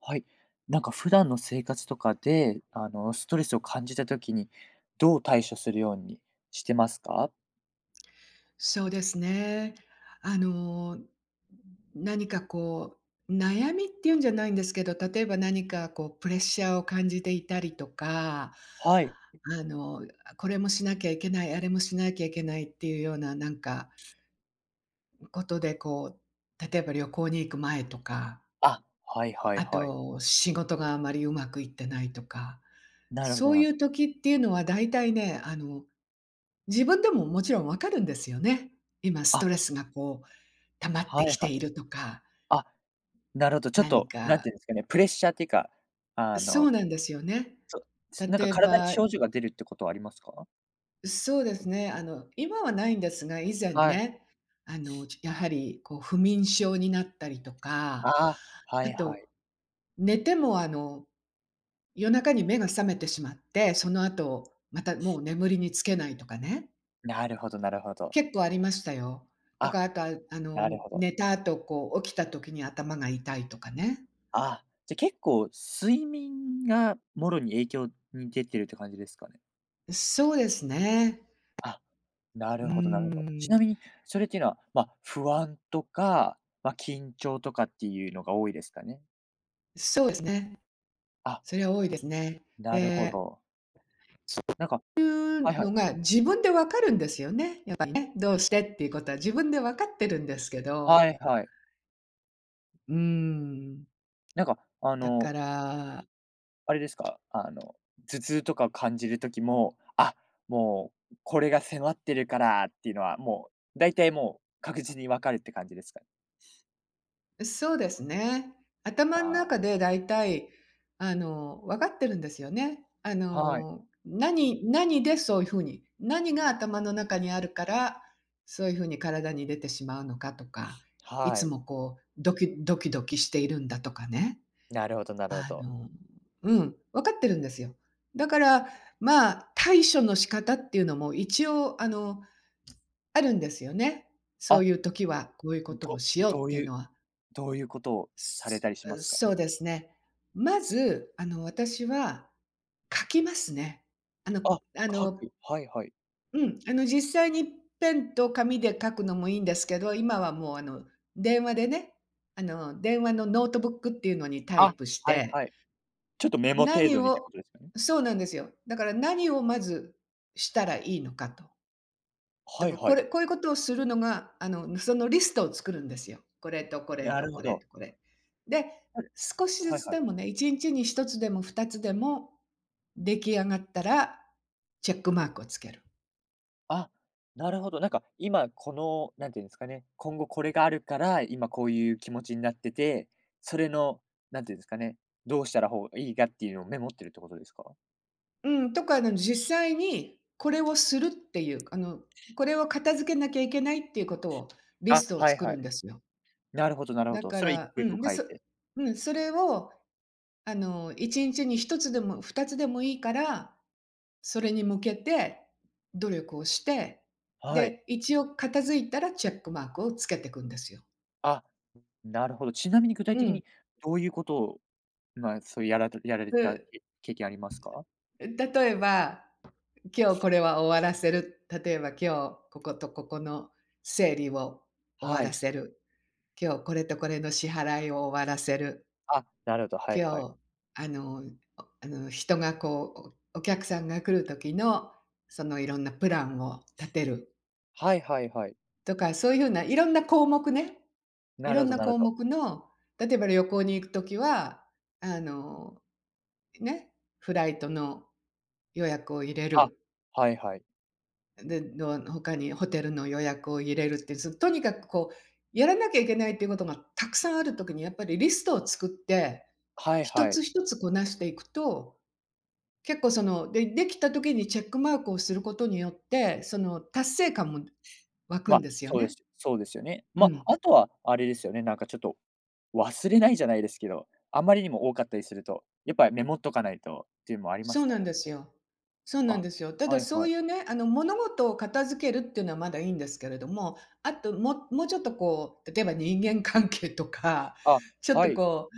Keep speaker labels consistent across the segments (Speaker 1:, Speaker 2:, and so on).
Speaker 1: はい。なんか普段の生活とかで、ストレスを感じたときに、どう対処するようにしてますか？
Speaker 2: そうですね。あの、何かこう、悩みっていうんじゃないんですけど、例えば何かこうプレッシャーを感じていたりとか、
Speaker 1: はい。
Speaker 2: あの、これもしなきゃいけない、あれもしなきゃいけないっていうようななんかことで、こう、例えば旅行に行く前とか、
Speaker 1: あ、はいはい
Speaker 2: あ
Speaker 1: はい。
Speaker 2: と仕事があまりうまくいってないとか、
Speaker 1: なるほど
Speaker 2: そ
Speaker 1: な
Speaker 2: う
Speaker 1: るほ
Speaker 2: いう
Speaker 1: ど。
Speaker 2: 時っていうのは大体ね、自分でももちろんわかるんですよね。今ス
Speaker 1: あ、
Speaker 2: トレスがこう溜まっ
Speaker 1: は
Speaker 2: てき
Speaker 1: いは
Speaker 2: て
Speaker 1: い。
Speaker 2: いるとか、
Speaker 1: あ、なるほど。ちょっ
Speaker 2: 何
Speaker 1: と、なん
Speaker 2: か
Speaker 1: ていうんですかね、プレッシャーっていうか、あ
Speaker 2: そう
Speaker 1: の、
Speaker 2: なんですよね。
Speaker 1: そ
Speaker 2: 例
Speaker 1: なんか
Speaker 2: え
Speaker 1: 体に
Speaker 2: ば、
Speaker 1: 症状が出るってことはありますか？
Speaker 2: そうですね、今はないんですが、以前
Speaker 1: はい。
Speaker 2: ね、やはりこう不眠症になったりとか、
Speaker 1: あは
Speaker 2: あ
Speaker 1: いは
Speaker 2: と、
Speaker 1: い。
Speaker 2: 寝ても夜中に目が覚めてしまって、その後、またもう眠りにつけないとかね、
Speaker 1: なるほどなるほど。
Speaker 2: 結構ありましたよ。と
Speaker 1: あ、
Speaker 2: か、あとは、
Speaker 1: なるほど。
Speaker 2: 寝た後、こう起きた時に頭が痛いとかね。
Speaker 1: あ、じゃ、結構睡眠がもろに影響に出てるって感じですかね？
Speaker 2: そうですね。
Speaker 1: あ、な
Speaker 2: う
Speaker 1: るほどなるほど。ち
Speaker 2: ーん。
Speaker 1: なみに、それっていうのは、まあ、不安とか、まあ、緊張とかっていうのが多いですかね？
Speaker 2: そうですね。
Speaker 1: あ、
Speaker 2: それは多いですね。
Speaker 1: なるほ
Speaker 2: で、
Speaker 1: ど。なんか
Speaker 2: そうい
Speaker 1: はい
Speaker 2: う
Speaker 1: はい。
Speaker 2: のが自分で分かるんですよね、やっぱりね。どうしてっていうことは自分で分かってるんですけ
Speaker 1: は
Speaker 2: ど、
Speaker 1: いはい。
Speaker 2: うーん、
Speaker 1: なんか、
Speaker 2: だから
Speaker 1: あれですか、頭痛とかを感じる時も、あ、もうこれが迫ってるからっていうのは、もう大体もう確実に分かるって感じですかね？
Speaker 2: そうですね。頭ん中
Speaker 1: あ
Speaker 2: でだいたい、分かってるんですよね。
Speaker 1: あ、はい。
Speaker 2: 何でそういうふうに、何が頭の中にあるから、そういうふうに体に出てしまうのかとか、い
Speaker 1: は
Speaker 2: つ
Speaker 1: い。
Speaker 2: もこうドキドキドキしているんだとかね。
Speaker 1: なるほどなるほ
Speaker 2: あ
Speaker 1: ど。
Speaker 2: のうん、分かってるんですよ。だから、まあ、対処の仕方っていうのも一応、あるんですよね。そ
Speaker 1: あ、
Speaker 2: ういう時はこういうことを
Speaker 1: ど
Speaker 2: しよう
Speaker 1: ど
Speaker 2: っ
Speaker 1: う
Speaker 2: ていう
Speaker 1: いう
Speaker 2: のは。
Speaker 1: どういうことをされた
Speaker 2: す
Speaker 1: りしますか？
Speaker 2: そうですね。まず、私は書きますね。あの
Speaker 1: あ、
Speaker 2: あ
Speaker 1: 書
Speaker 2: の
Speaker 1: く。はいはい。
Speaker 2: うん、実際にペンと紙で書くのもいいんですけど、今はもう、電話でね、電話のノートブックっていうのにタイ
Speaker 1: あ、
Speaker 2: プし
Speaker 1: はい
Speaker 2: て
Speaker 1: はい。ちょっとメモ程
Speaker 2: 何
Speaker 1: 度にって
Speaker 2: を
Speaker 1: ことですよね？
Speaker 2: そうなんですよ。だから何をまずしたらいいのかと。だ
Speaker 1: はい
Speaker 2: から
Speaker 1: はい。
Speaker 2: こういうことをするのが、そのリストを作るんですよ。これとこれ
Speaker 1: な
Speaker 2: と
Speaker 1: る
Speaker 2: こ
Speaker 1: ほ
Speaker 2: れ
Speaker 1: ど。
Speaker 2: とこれ。で、
Speaker 1: ある
Speaker 2: 少しず
Speaker 1: はい
Speaker 2: つ
Speaker 1: はい。
Speaker 2: でもね、1日に1つでも2つでも出来上がったら、チェックマークをつける。
Speaker 1: あ、なるほど。なんか今この、なんていうんですかね、今後これがあるから、今こういう気持ちになってて、それの、なんていうんですかね、どうしたらいいかっていうのをメモってるってことですか？
Speaker 2: うん、とか、実際にこれをするっていう、これを片付けなきゃいけないっていうことをリ
Speaker 1: あ、
Speaker 2: ストを
Speaker 1: はい
Speaker 2: 作
Speaker 1: は
Speaker 2: る
Speaker 1: い。
Speaker 2: んですよ。
Speaker 1: なるほどなるほ
Speaker 2: だ
Speaker 1: ど。
Speaker 2: か
Speaker 1: それを一
Speaker 2: ら、
Speaker 1: 個
Speaker 2: う
Speaker 1: 一個
Speaker 2: ん、で、
Speaker 1: 書いて。
Speaker 2: うん、それを1日に1つでも2つでもいいから、それに向けて努力をして、
Speaker 1: はい。
Speaker 2: で、一応片付いたらチェックマークをつけてくんですよ。
Speaker 1: あ、なるほど。ちなみに具体
Speaker 2: う
Speaker 1: 的
Speaker 2: ん。
Speaker 1: にどういうことを、まあ、やられた
Speaker 2: う
Speaker 1: 経験ありますか？
Speaker 2: 例えば、今日これは終わらせる。例えば今日こことここの整理を終わ
Speaker 1: は
Speaker 2: ら
Speaker 1: い。
Speaker 2: せる。今日これとこれの支払いを終わらせる。
Speaker 1: あ、なるほど、はいはい。
Speaker 2: 今日、あの、おあの、人がこう、お客さんが来る時の、そのいろんなプランを立てる。
Speaker 1: はいはいはい。
Speaker 2: とか、そういうふうないろんな項目ね、い
Speaker 1: な
Speaker 2: ろ
Speaker 1: るほ
Speaker 2: ん
Speaker 1: ど
Speaker 2: な
Speaker 1: なる
Speaker 2: 項
Speaker 1: ほど。
Speaker 2: 目の、例えば旅行に行くときは、あの、ね、フライトの予約を入れ
Speaker 1: あ、
Speaker 2: る、
Speaker 1: はいはい。
Speaker 2: で、どう他にホテルの予約を入れるって、ずとにかくこう、やらなきゃいけないっていうことがたくさんあるときに、やっぱりリストを作って、
Speaker 1: はい
Speaker 2: 一
Speaker 1: は
Speaker 2: つ
Speaker 1: い。
Speaker 2: 一つこなしていくと、結構その、できたときにチェックマークをすることによって、その達成感も湧くん
Speaker 1: ま、
Speaker 2: ですよ
Speaker 1: そうで
Speaker 2: ね。
Speaker 1: すそうですよね。
Speaker 2: う
Speaker 1: ま、
Speaker 2: ん。
Speaker 1: あとはあれですよね、なんかちょっと忘れないじゃないですけど、あまりにも多かったりすると、やっぱりメモっとかないとっていうのもありま
Speaker 2: そ
Speaker 1: す
Speaker 2: う
Speaker 1: か？
Speaker 2: なんですよ。そうなん
Speaker 1: あ、
Speaker 2: ですよ。た
Speaker 1: は
Speaker 2: だ
Speaker 1: い
Speaker 2: そ
Speaker 1: は
Speaker 2: う
Speaker 1: い。
Speaker 2: いうね、物事を片付けるっていうのはまだいいんですけれども、あと、もうちょっとこう、例えば人間関係とか、
Speaker 1: あ、
Speaker 2: ちょっ
Speaker 1: は
Speaker 2: と
Speaker 1: い。
Speaker 2: こ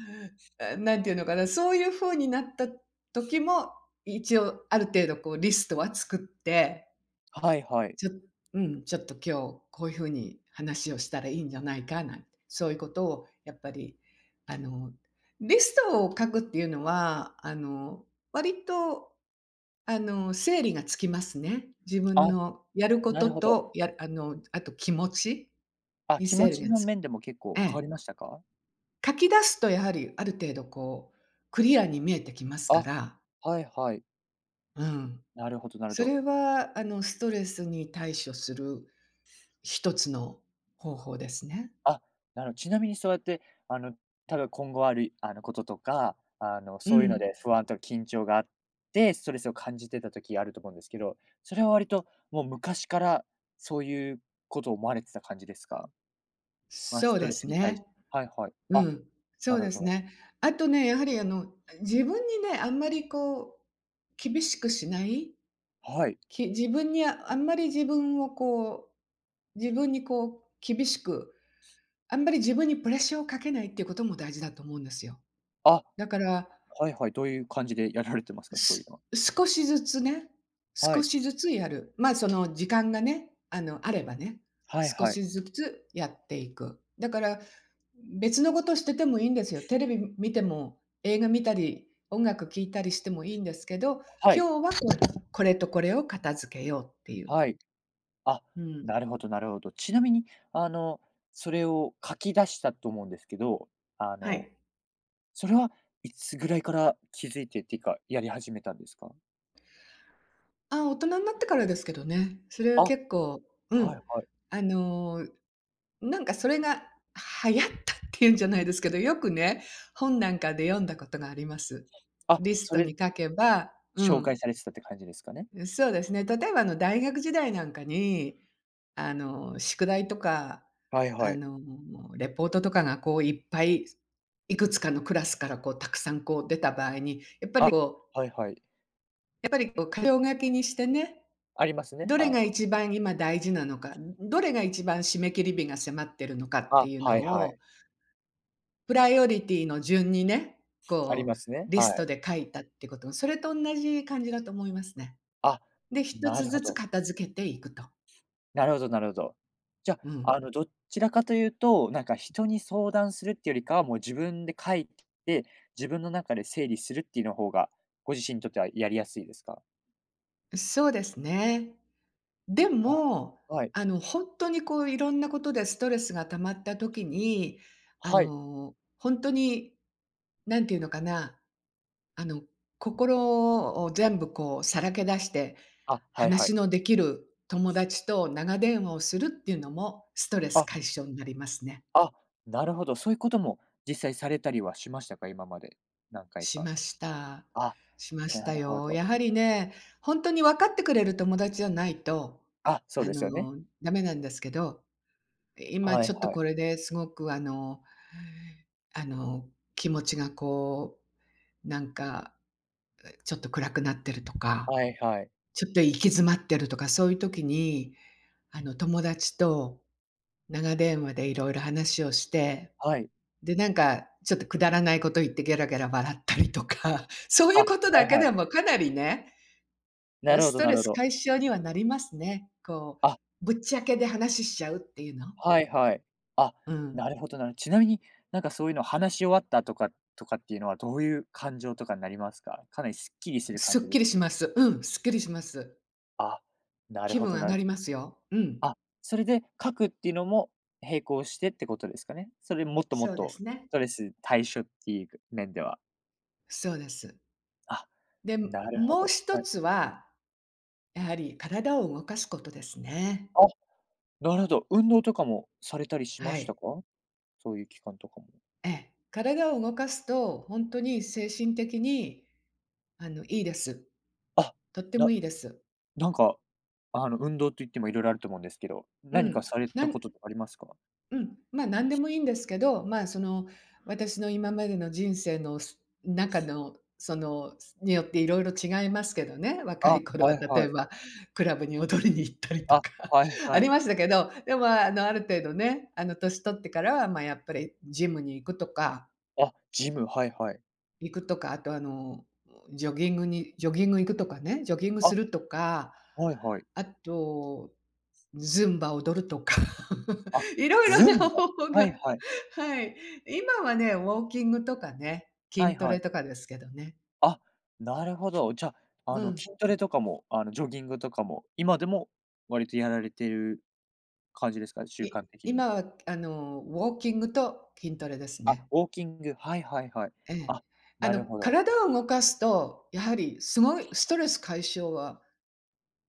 Speaker 2: う、ていうのかな、そういう風になった時も、一応ある程度こうリストは作って、
Speaker 1: はいはい。
Speaker 2: ちょうん、ちょっと今日こういう風に話をしたらいいんじゃないかなんて、そういうことをやっぱり、あの、リストを書くっていうのは、割と整理がつきますね。自分
Speaker 1: あ、
Speaker 2: のやるこ
Speaker 1: な
Speaker 2: と
Speaker 1: るほど。
Speaker 2: と、やあの、あと気持ち
Speaker 1: あ、
Speaker 2: に
Speaker 1: 気
Speaker 2: 整
Speaker 1: 持
Speaker 2: 理
Speaker 1: ち
Speaker 2: が
Speaker 1: の面でも結
Speaker 2: え
Speaker 1: 構変わ
Speaker 2: え。
Speaker 1: りましたか？
Speaker 2: 書き出すとやはりある程度こう、クリアに見えてきますか
Speaker 1: あ、
Speaker 2: ら、
Speaker 1: はいはい。
Speaker 2: うん。
Speaker 1: なるほどなるほ
Speaker 2: そ
Speaker 1: ど。
Speaker 2: れはストレスに対処する一つの方法ですね。
Speaker 1: あ、ちなみにそうやって、あの、多分今後ある、こととか、
Speaker 2: う
Speaker 1: そういうの
Speaker 2: ん。
Speaker 1: で不安とか緊張があって、ストレスを感じてた時あると思うんですけど、それは割ともう昔からそういうことを思われてた感じですか？まあ、
Speaker 2: そ
Speaker 1: ス
Speaker 2: う
Speaker 1: ト
Speaker 2: で
Speaker 1: レ
Speaker 2: す
Speaker 1: スに対し
Speaker 2: ね。
Speaker 1: てはいはい。
Speaker 2: う
Speaker 1: あ、
Speaker 2: ん。そ
Speaker 1: な
Speaker 2: う
Speaker 1: るほ
Speaker 2: です
Speaker 1: ど。
Speaker 2: ね。あとね、やはり自分にね、あんまりこう、厳しくしない
Speaker 1: はい。
Speaker 2: 自分にあんまり自分をこう、自分にこう厳しく、あんまり自分にプレッシャーをかけないっていうことも大事だと思うんですよ。
Speaker 1: あ、
Speaker 2: だから、
Speaker 1: はいはい。どういう感じでやられてますか？そういうのは。
Speaker 2: 少しずつね、
Speaker 1: は
Speaker 2: 少
Speaker 1: い。
Speaker 2: しずつやる。まあ、その時間がね、あればね、
Speaker 1: はい
Speaker 2: 少
Speaker 1: は
Speaker 2: し
Speaker 1: い。
Speaker 2: ずつやっていく。だから、別のことしててもいいんですよ。テレビ見ても、映画見たり、音楽聴いたりしてもいいんですけど、
Speaker 1: はい。
Speaker 2: 今日はこれとこれを片付けようっていう。
Speaker 1: はい。あ、
Speaker 2: うん。
Speaker 1: なるほどなるほど。ちなみに、あの、それを書き出したと思うんですけど、あ
Speaker 2: は
Speaker 1: の
Speaker 2: い。
Speaker 1: それはいつぐらいから気づいてっていうか、やり始めたんですか？
Speaker 2: あ、大人になってからですけどね。それは
Speaker 1: あ、は
Speaker 2: 結構う
Speaker 1: い
Speaker 2: ん。
Speaker 1: はい。
Speaker 2: あの、なんかそれが流行ったっていうんじゃないですけど、よくね、本なんかで読んだことがあります。リス
Speaker 1: あ、そ
Speaker 2: ト
Speaker 1: れ
Speaker 2: に書けばう
Speaker 1: 紹
Speaker 2: ん。
Speaker 1: 介されてたって感じですかね？
Speaker 2: そうですね。例えばあの大学時代なんかに、宿題とか、
Speaker 1: はいは
Speaker 2: あ
Speaker 1: い。
Speaker 2: の、レポートとかがこういっぱい、いくつかのクラスからこうたくさんこう出た場合に、
Speaker 1: あ、はいはい。
Speaker 2: やっぱりこう箇条書きにしてね
Speaker 1: ありますね、
Speaker 2: どれ
Speaker 1: は
Speaker 2: が
Speaker 1: い。
Speaker 2: 一番今大事なのか、どれが一番締め切り日が迫ってるのかって
Speaker 1: あ、
Speaker 2: いう
Speaker 1: はいは
Speaker 2: のを、
Speaker 1: い。
Speaker 2: プライオリティの順にね、
Speaker 1: あり
Speaker 2: こう
Speaker 1: ますね、
Speaker 2: リス
Speaker 1: は
Speaker 2: ト
Speaker 1: い。
Speaker 2: で書いたってこと、それと同じ感じだと思いますね。
Speaker 1: あ、
Speaker 2: で、一
Speaker 1: な
Speaker 2: つ
Speaker 1: るほ
Speaker 2: ずつ
Speaker 1: ど。
Speaker 2: 片付けていくと。
Speaker 1: なるほどなるほど。じゃ、
Speaker 2: うん。
Speaker 1: どちらかというと、なんか人に相談するっていうよりかは、もう自分で書いて、自分の中で整理するっていうの方が、ご自身にとってはやりやすいですか？
Speaker 2: そうですね。で
Speaker 1: あ、
Speaker 2: も、
Speaker 1: はい。
Speaker 2: ほんとにこういろんなことでストレスが溜まった時に、
Speaker 1: はい。
Speaker 2: ほんとに、何て言うのかなあの、心を全部こうさらけ出して、
Speaker 1: あ、はいは
Speaker 2: 話
Speaker 1: い。
Speaker 2: のできる友達と長電話をするっていうのもストレス
Speaker 1: あ
Speaker 2: 解消になりますね。
Speaker 1: あ、なるほど。そういうことも実際されたりはしましたか？今まで、何回
Speaker 2: し
Speaker 1: か。
Speaker 2: ました。
Speaker 1: あ、
Speaker 2: しまし
Speaker 1: な
Speaker 2: た
Speaker 1: るほ
Speaker 2: よ。
Speaker 1: ど。
Speaker 2: やはりね、ほんとに分かってくれる友達じゃないと、
Speaker 1: あ、そう
Speaker 2: あ
Speaker 1: ですよね。
Speaker 2: の、ダメなんですけど、今
Speaker 1: は
Speaker 2: ち
Speaker 1: い
Speaker 2: ょっと
Speaker 1: はい。
Speaker 2: これですごくあの、気持ちがこう、なんか、ちょっと暗くなってるとか
Speaker 1: はいはい。
Speaker 2: ちょっと行き詰まってるとか、そういう時に、友達と長電話でいろいろ話をして、
Speaker 1: はい。
Speaker 2: で、なんかちょっとくだらないこと言ってゲラゲラ笑ったりとか、そうい
Speaker 1: あ、
Speaker 2: うこと
Speaker 1: は
Speaker 2: だ
Speaker 1: い
Speaker 2: け
Speaker 1: は
Speaker 2: で
Speaker 1: い。
Speaker 2: もかなりね、う
Speaker 1: な
Speaker 2: ん、
Speaker 1: るほ
Speaker 2: ス
Speaker 1: ど
Speaker 2: ト
Speaker 1: な
Speaker 2: レ
Speaker 1: るほ
Speaker 2: ス
Speaker 1: ど。
Speaker 2: 解消にはなりますね。こ
Speaker 1: あ、
Speaker 2: う、ぶっちゃけで話しちゃうっていうの？
Speaker 1: はいはい。あ、
Speaker 2: うん。
Speaker 1: なるほどちなみに、なんかそういうの話し終わったとかっていうのはどういう感情とかになりますか？かなりすっきりする
Speaker 2: す
Speaker 1: 感
Speaker 2: っ
Speaker 1: じで
Speaker 2: き
Speaker 1: す
Speaker 2: り
Speaker 1: か？
Speaker 2: します。うん、すっきりします。
Speaker 1: あ、なる
Speaker 2: 気
Speaker 1: ほ
Speaker 2: 分
Speaker 1: ど
Speaker 2: 上
Speaker 1: な
Speaker 2: が
Speaker 1: る
Speaker 2: りますよ。うん。
Speaker 1: あ、それで書くっていうのも並行してってことですかね？それもっともっ
Speaker 2: そうで
Speaker 1: と
Speaker 2: すね。
Speaker 1: ストレス対処っていう面では。
Speaker 2: そうです。
Speaker 1: あ、
Speaker 2: で、
Speaker 1: なるほ
Speaker 2: もう
Speaker 1: ど。
Speaker 2: 一
Speaker 1: はい。
Speaker 2: つは、やはり体を動かすことですね。
Speaker 1: あ、なるほど。運動とかもされたりしま
Speaker 2: は
Speaker 1: した
Speaker 2: い。
Speaker 1: か？そういう期間とかも。
Speaker 2: ええ。体を動かすと、本当に精神的に、いいです。
Speaker 1: あ、
Speaker 2: とって
Speaker 1: な
Speaker 2: もいいです。
Speaker 1: なんか、運動といってもいろいろあると思うんですけど、
Speaker 2: う
Speaker 1: 何か
Speaker 2: ん。
Speaker 1: され
Speaker 2: な
Speaker 1: たこ
Speaker 2: ん
Speaker 1: ととかありますか？
Speaker 2: うん、何でもいいんですけど、まあ、その、私の今までの人生のす中の、その、によっていろいろ違いますけどね。若
Speaker 1: あ、
Speaker 2: い頃は、
Speaker 1: はい
Speaker 2: 例
Speaker 1: は
Speaker 2: え
Speaker 1: い。
Speaker 2: ばクラブに踊りに行ったりと
Speaker 1: あ、
Speaker 2: か
Speaker 1: はい
Speaker 2: あ
Speaker 1: は
Speaker 2: り
Speaker 1: い。
Speaker 2: ましたけど、でも、ある程度ね、年取ってからは、まあ、やっぱりジムに行くとか、
Speaker 1: あ、ジム、はいはい。
Speaker 2: あと、ジョギング行くとかね、ジョギング
Speaker 1: あ、
Speaker 2: するとか、
Speaker 1: はいはい。
Speaker 2: あと、ズンバ踊るとか、
Speaker 1: あ、
Speaker 2: いろいろ
Speaker 1: ズ
Speaker 2: な
Speaker 1: ンバ。
Speaker 2: 方法
Speaker 1: は
Speaker 2: が、
Speaker 1: いはい。
Speaker 2: はい。今はね、ウォーキングとかね、
Speaker 1: はい
Speaker 2: 筋ト
Speaker 1: は
Speaker 2: レ
Speaker 1: い。
Speaker 2: とかですけどね。
Speaker 1: あ、なるほど。じゃあ、
Speaker 2: うん。
Speaker 1: 筋トレとかも、ジョギングとかも、今でも割とやられてる感じですか？習
Speaker 2: い
Speaker 1: 慣的
Speaker 2: 今
Speaker 1: に。
Speaker 2: はウォーキングと筋トレです
Speaker 1: あ、
Speaker 2: ね。
Speaker 1: ウォーキング、はいはいはい。
Speaker 2: ええ。
Speaker 1: あ、
Speaker 2: あ
Speaker 1: な
Speaker 2: の、
Speaker 1: るほど。
Speaker 2: 体を動かすと、やはりすごいストレス解消は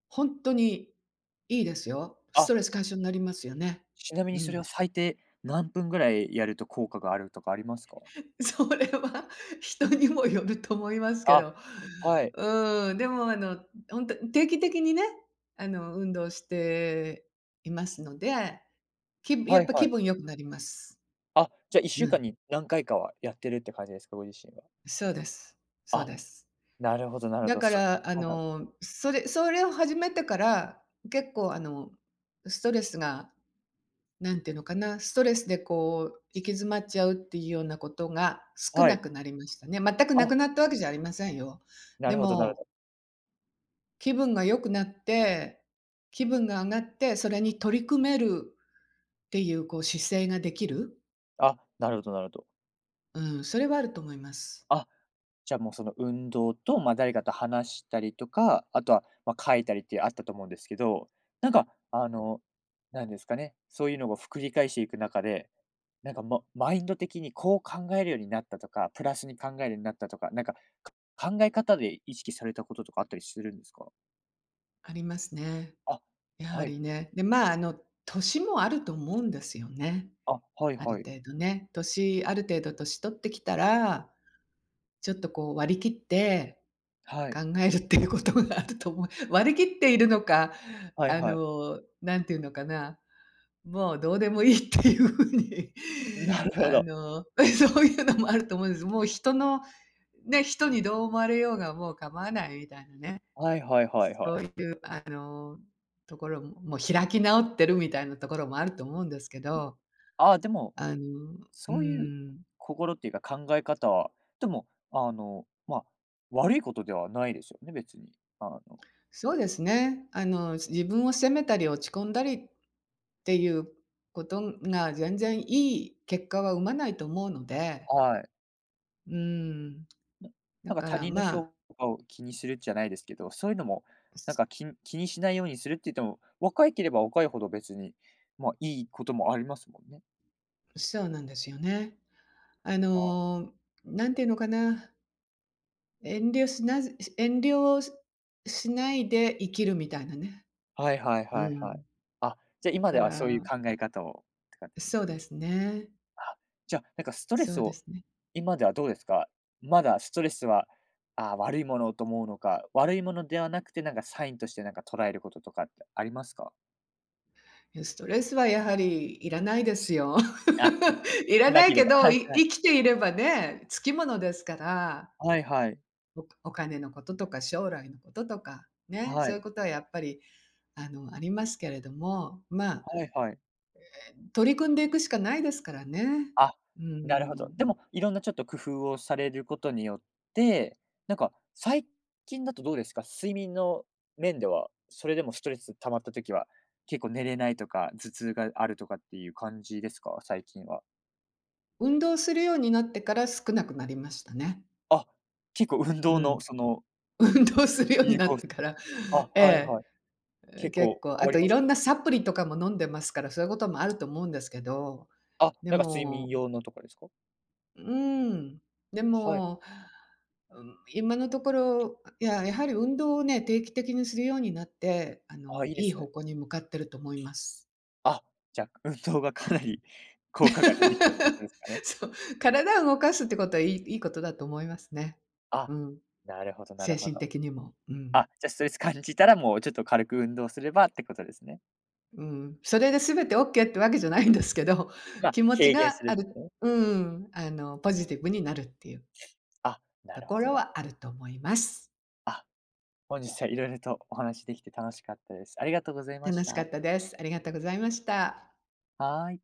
Speaker 2: 本当にいいですよ。ス
Speaker 1: あ、
Speaker 2: トレス解消になりますよね。
Speaker 1: ちなみ
Speaker 2: う
Speaker 1: にそれ
Speaker 2: ん。
Speaker 1: を最低何分ぐらいやると効果があるとかありますか？
Speaker 2: それは人にもよると思いますけ
Speaker 1: あ、
Speaker 2: ど。
Speaker 1: はい。
Speaker 2: うん、でも本当定期的にね、運動していますので、きや
Speaker 1: は
Speaker 2: っ
Speaker 1: い
Speaker 2: ぱ気
Speaker 1: はい。
Speaker 2: 分良くなります。
Speaker 1: あ、じゃ、1
Speaker 2: う
Speaker 1: 週間
Speaker 2: ん。
Speaker 1: に何回かはやってるって感じですか？ご自身は。
Speaker 2: そうです。そう
Speaker 1: あ、
Speaker 2: です。
Speaker 1: なるほどなるほ
Speaker 2: だ
Speaker 1: ど。
Speaker 2: から
Speaker 1: はいはい。
Speaker 2: それを始めてから、結構、あの、ストレスがなんていうのかな、ストレスでこう行き詰まっちゃうっていうようなことが少
Speaker 1: は
Speaker 2: な
Speaker 1: い。
Speaker 2: くなりましたね。全くな
Speaker 1: あ、
Speaker 2: くなったわけじゃありませんよ。
Speaker 1: な
Speaker 2: で
Speaker 1: るほどなる
Speaker 2: も、
Speaker 1: ほど。
Speaker 2: 気分が良くなって、気分が上がって、それに取り組めるっていうこう姿勢ができる、
Speaker 1: あ、なるほどなるほど。
Speaker 2: うん、それはあると思います。
Speaker 1: あじゃあもうその運動と、まあ、誰かと話したりとか、あとは、まあ、書いたりってあったと思うんですけど、なんかなんですかね、そういうのを繰り返していく中で、なんか、マインド的にこう考えるようになったとか、プラスに考えるようになったとか、なんか、か考え方で意識されたこととかあったりするんですか？
Speaker 2: ありますね。
Speaker 1: あ、
Speaker 2: やは
Speaker 1: はい。
Speaker 2: りね。で、まあ、年もあると思うんですよね。
Speaker 1: あ、はい
Speaker 2: あ
Speaker 1: は
Speaker 2: る
Speaker 1: い。
Speaker 2: 程度ね。ある程度年取ってきたら、ちょっとこう割り切って
Speaker 1: はい。
Speaker 2: 考えるっていうことがあると思う。割り切っているのか、
Speaker 1: はいはい。
Speaker 2: なんていうのかな、もうどうでもいいっていう風に、
Speaker 1: なる ほ
Speaker 2: あ
Speaker 1: ど。
Speaker 2: の、そういうのもあると思うんです。もう人の、ね、人にどう思われようがもう構わないみたいなね、
Speaker 1: はいはいはいは
Speaker 2: そ
Speaker 1: い。
Speaker 2: ういうところも、もう開き直ってるみたいなところもあると思うんですけど、
Speaker 1: ああ、でも
Speaker 2: あの、う
Speaker 1: そういう
Speaker 2: ん、
Speaker 1: 心っていうか考え方は、でも、まあ、悪いことではないですよね、別に。あの、
Speaker 2: そうですね、自分を責めたり落ち込んだりっていうことが全然いい結果は生まないと思うので、
Speaker 1: はい。
Speaker 2: うん、
Speaker 1: な
Speaker 2: だ
Speaker 1: なんか
Speaker 2: か
Speaker 1: 他
Speaker 2: ら
Speaker 1: 人の
Speaker 2: まあ、
Speaker 1: 評価を気にするじゃないですけど、そういうのも、なん
Speaker 2: そ
Speaker 1: か気にしないようにするって言っても、若いければ若いほど別に、まあ、いいこともありますもんね。
Speaker 2: そうなんですよね。あ
Speaker 1: あ、
Speaker 2: の、なんていうのかな、遠慮しなず遠慮をししないで生きるみたいなね。
Speaker 1: はいはい
Speaker 2: う
Speaker 1: はいはい。
Speaker 2: ん。
Speaker 1: あ、じゃあ
Speaker 2: だ
Speaker 1: 今
Speaker 2: か
Speaker 1: ではそういう
Speaker 2: ら、
Speaker 1: 考え方をって感じで
Speaker 2: そう
Speaker 1: すね。
Speaker 2: ですね。
Speaker 1: あ、じゃあ、なんかストレ
Speaker 2: そ
Speaker 1: ス
Speaker 2: うで
Speaker 1: を
Speaker 2: すね。
Speaker 1: 今ではどうですか？まだストレスは、あ、悪いものと思うのか、悪いものではなくて、なんかサインとしてなんか捉えることとかってありますか？
Speaker 2: いや、ストレスはやはりいらないですよ。
Speaker 1: あ、
Speaker 2: いら
Speaker 1: な
Speaker 2: ない
Speaker 1: けれ
Speaker 2: け
Speaker 1: ば、
Speaker 2: ど、
Speaker 1: はいはい。
Speaker 2: 生きていればね、つきものですから。
Speaker 1: はいはい。
Speaker 2: お金のこととか将来のこととか、ね、
Speaker 1: は
Speaker 2: そういう
Speaker 1: い。
Speaker 2: ことはやっぱり、ありますけれども、まあ、
Speaker 1: はいはい。
Speaker 2: 取り組んでいくしかないですからね。
Speaker 1: あ、
Speaker 2: う
Speaker 1: なるほど。
Speaker 2: ん。
Speaker 1: でも、いろんなちょっと工夫をされることによって、なんか最近だとどうですか？睡眠の面では、それでもストレス溜まった時は、結構寝れないとか、頭痛があるとかっていう感じですか？最近は。
Speaker 2: 運動するようになってから少なくなりましたね。
Speaker 1: あ、結構運
Speaker 2: う
Speaker 1: 動の
Speaker 2: ん。
Speaker 1: その、
Speaker 2: 運動するように
Speaker 1: 有
Speaker 2: なっ
Speaker 1: 効。
Speaker 2: てから、
Speaker 1: あ、はい
Speaker 2: え
Speaker 1: はい。
Speaker 2: え、
Speaker 1: 結
Speaker 2: 結
Speaker 1: 構
Speaker 2: 構、
Speaker 1: 変
Speaker 2: あ
Speaker 1: わ
Speaker 2: と
Speaker 1: り
Speaker 2: い
Speaker 1: まし
Speaker 2: ろ
Speaker 1: た
Speaker 2: んな
Speaker 1: か？
Speaker 2: サプリとかも飲んでますから、そういうこともあると思うんですけど、
Speaker 1: あ、
Speaker 2: で
Speaker 1: なんか睡眠
Speaker 2: も
Speaker 1: 用のとかですか？
Speaker 2: うん、で
Speaker 1: はい。
Speaker 2: もうん、今のところ、いや、やはり運動をね、定期的にするようになって、
Speaker 1: あ、いいで
Speaker 2: いい
Speaker 1: すね。
Speaker 2: 方向に向かってると思います。
Speaker 1: あ、じゃ、運動がかなり 効果が出てきたってことで すかね。
Speaker 2: そう、体を動かすってことはいいことだと思いますね。
Speaker 1: あ、
Speaker 2: うん、
Speaker 1: なるほどなる
Speaker 2: 精
Speaker 1: ほ
Speaker 2: 神
Speaker 1: ど。
Speaker 2: 的にも。うん、
Speaker 1: あ、じゃ、ストレス感じたらもうちょっと軽く運動すればってことですね。
Speaker 2: うん。それで全てオッケーってわけじゃないんですけど、
Speaker 1: ま、
Speaker 2: 気持ち
Speaker 1: 軽減
Speaker 2: が
Speaker 1: する
Speaker 2: あ
Speaker 1: です
Speaker 2: る、
Speaker 1: ね。
Speaker 2: うん、ポジティブになるっていう
Speaker 1: あ、な
Speaker 2: と
Speaker 1: る
Speaker 2: こ
Speaker 1: ほど
Speaker 2: ろ
Speaker 1: な。
Speaker 2: はあると思います。
Speaker 1: あ、本日は色々とお話しできて楽しかったです。ありがとうございま
Speaker 2: 楽
Speaker 1: し
Speaker 2: しか
Speaker 1: た。
Speaker 2: ったです。ありがとうございました。
Speaker 1: はい。